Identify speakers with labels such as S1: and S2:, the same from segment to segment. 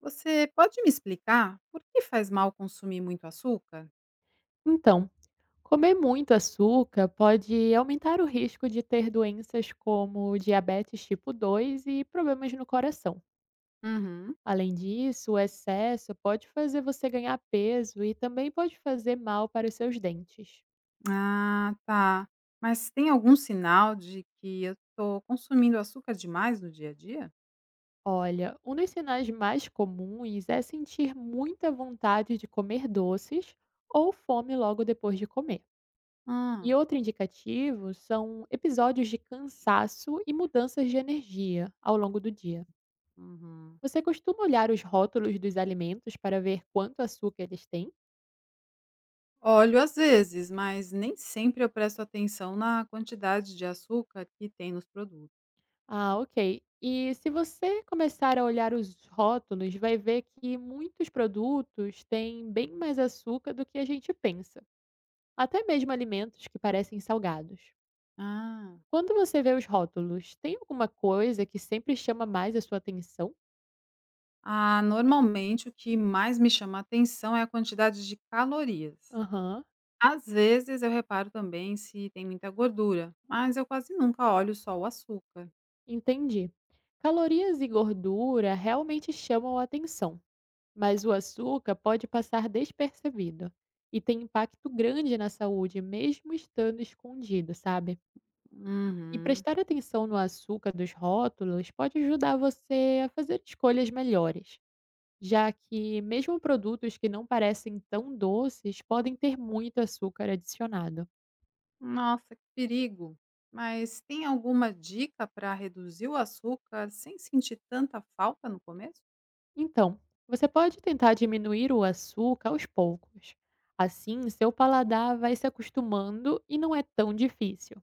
S1: Você pode me explicar por que faz mal consumir muito açúcar?
S2: Então, comer muito açúcar pode aumentar o risco de ter doenças como diabetes tipo 2 e problemas no coração.
S1: Uhum.
S2: Além disso, o excesso pode fazer você ganhar peso e também pode fazer mal para os seus dentes.
S1: Ah, tá. Mas tem algum sinal de que eu estou consumindo açúcar demais no dia a dia?
S2: Olha, um dos sinais mais comuns é sentir muita vontade de comer doces ou fome logo depois de comer. E
S1: Ah,
S2: outro indicativo são episódios de cansaço e mudanças de energia ao longo do dia.
S1: uhum.
S2: Você costuma olhar os rótulos dos alimentos para ver quanto açúcar eles têm?
S1: Olho às vezes, mas nem sempre eu presto atenção na quantidade de açúcar que tem nos produtos.
S2: Ah, ok. E se você começar a olhar os rótulos, vai ver que muitos produtos têm bem mais açúcar do que a gente pensa, até mesmo alimentos que parecem salgados.
S1: Ah,
S2: Quando você vê os rótulos, tem alguma coisa que sempre chama mais a sua atenção?
S1: ah, normalmente o que mais me chama atenção é a quantidade de calorias.
S2: Aham,
S1: Às vezes eu reparo também se tem muita gordura, mas eu quase nunca olho só o açúcar.
S2: entendi. Calorias e gordura realmente chamam a atenção, mas o açúcar pode passar despercebido e tem impacto grande na saúde, mesmo estando escondido, sabe? E
S1: Uhum.
S2: prestar atenção no açúcar dos rótulos pode ajudar você a fazer escolhas melhores, já que mesmo produtos que não parecem tão doces podem ter muito açúcar adicionado.
S1: Nossa, que perigo! Mas tem alguma dica para reduzir o açúcar sem sentir tanta falta no começo?
S2: Então, você pode tentar diminuir o açúcar aos poucos. Assim, seu paladar vai se acostumando e não é tão difícil.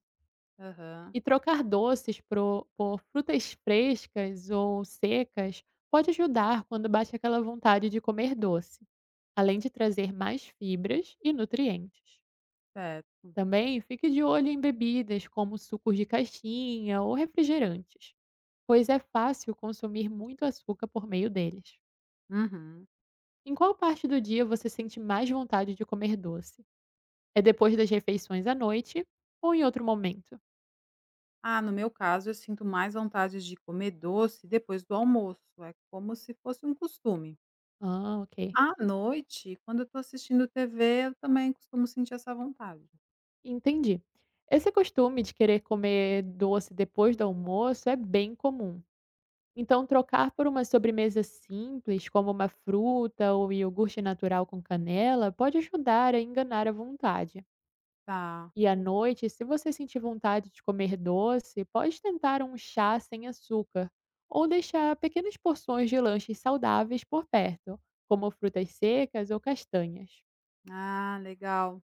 S1: Aham,
S2: E trocar doces pro por frutas frescas ou secas pode ajudar quando bate aquela vontade de comer doce, além de trazer mais fibras e nutrientes.
S1: certo.
S2: Também fique de olho em bebidas como sucos de caixinha ou refrigerantes, pois é fácil consumir muito açúcar por meio deles.
S1: Uhum.
S2: Em qual parte do dia você sente mais vontade de comer doce? É depois das refeições à noite ou em outro momento?
S1: Ah, no meu caso, eu sinto mais vontade de comer doce depois do almoço. É como se fosse um costume.
S2: Ah, ok.
S1: À noite, quando eu estou assistindo TV, eu também costumo sentir essa vontade.
S2: Entendi. Esse costume de querer comer doce depois do almoço é bem comum. Então, trocar por uma sobremesa simples, como uma fruta ou iogurte natural com canela, pode ajudar a enganar a vontade.
S1: Tá.
S2: E à noite, se você sentir vontade de comer doce, pode tentar um chá sem açúcar ou deixar pequenas porções de lanches saudáveis por perto, como frutas secas ou castanhas.
S1: Ah, legal.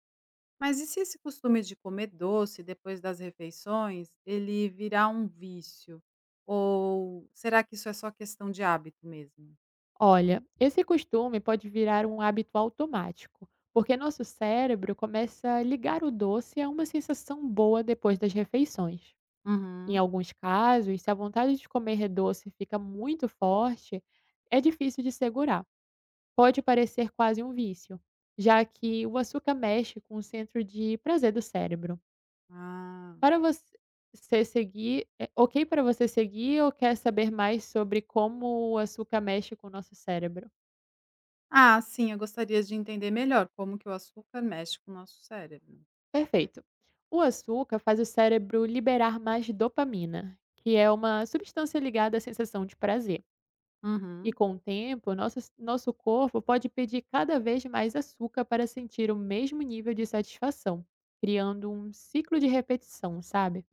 S1: Mas e se esse costume de comer doce depois das refeições, ele virar um vício? Ou será que isso é só questão de hábito mesmo?
S2: Olha, esse costume pode virar um hábito automático, porque nosso cérebro começa a ligar o doce a uma sensação boa depois das refeições. Em
S1: Uhum.
S2: alguns casos, se a vontade de comer doce fica muito forte, é difícil de segurar. Pode parecer quase um vício, já que o açúcar mexe com o centro de prazer do cérebro.
S1: Ah.
S2: Para você é ok para você seguir ou quer saber mais sobre como o açúcar mexe com o nosso cérebro?
S1: Ah, sim, eu gostaria de entender melhor como que o açúcar mexe com o nosso cérebro.
S2: Perfeito. O açúcar faz o cérebro liberar mais dopamina, que é uma substância ligada à sensação de prazer. E
S1: Uhum.
S2: com o tempo, nosso corpo pode pedir cada vez mais açúcar para sentir o mesmo nível de satisfação, criando um ciclo de repetição, sabe?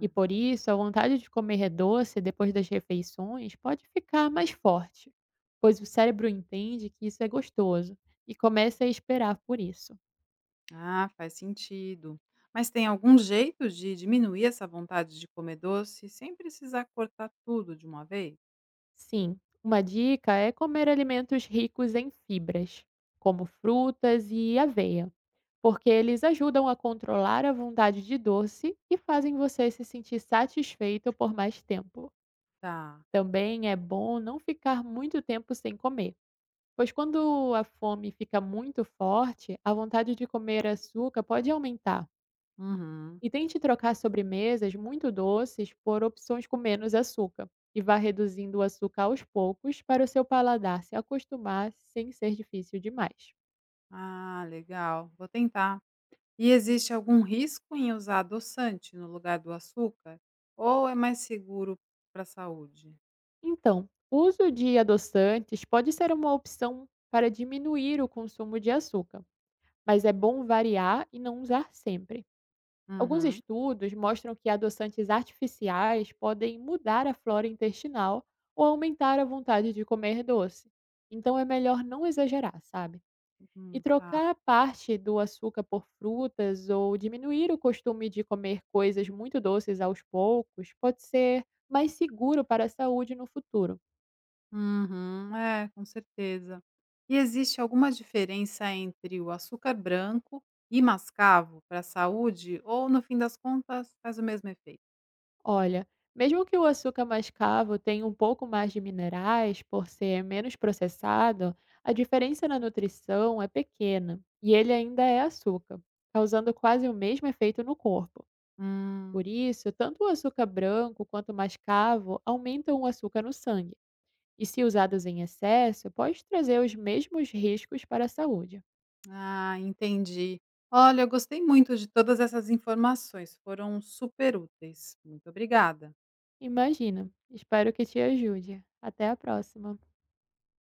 S2: E por isso, a vontade de comer doce depois das refeições pode ficar mais forte, pois o cérebro entende que isso é gostoso e começa a esperar por isso.
S1: Ah, faz sentido. Mas tem algum jeito de diminuir essa vontade de comer doce sem precisar cortar tudo de uma vez?
S2: Sim, uma dica é comer alimentos ricos em fibras, como frutas e aveia, porque eles ajudam a controlar a vontade de doce e fazem você se sentir satisfeito por mais tempo.
S1: Tá.
S2: Também é bom não ficar muito tempo sem comer, pois quando a fome fica muito forte, a vontade de comer açúcar pode aumentar.
S1: Uhum.
S2: E tente trocar sobremesas muito doces por opções com menos açúcar e vá reduzindo o açúcar aos poucos para o seu paladar se acostumar sem ser difícil demais.
S1: Ah, legal. Vou tentar. E existe algum risco em usar adoçante no lugar do açúcar? Ou é mais seguro para a saúde?
S2: Então, o uso de adoçantes pode ser uma opção para diminuir o consumo de açúcar, mas é bom variar e não usar sempre. Alguns
S1: Uhum.
S2: estudos mostram que adoçantes artificiais podem mudar a flora intestinal ou aumentar a vontade de comer doce. Então é melhor não exagerar, sabe? E
S1: Tá.
S2: trocar parte do açúcar por frutas ou diminuir o costume de comer coisas muito doces aos poucos pode ser mais seguro para a saúde no futuro.
S1: Uhum. É, com certeza. E existe alguma diferença entre o açúcar branco e mascavo para a saúde? Ou no fim das contas faz o mesmo efeito?
S2: Olha, mesmo que o açúcar mascavo tenha um pouco mais de minerais por ser menos processado, a diferença na nutrição é pequena e ele ainda é açúcar, causando quase o mesmo efeito no corpo.
S1: Hum,
S2: Por isso, tanto o açúcar branco quanto o mascavo aumentam o açúcar no sangue. E se usados em excesso, pode trazer os mesmos riscos para a saúde.
S1: ah, entendi. Olha, eu gostei muito de todas essas informações, foram super úteis. Muito obrigada.
S2: Imagina! Espero que te ajude. Até a próxima!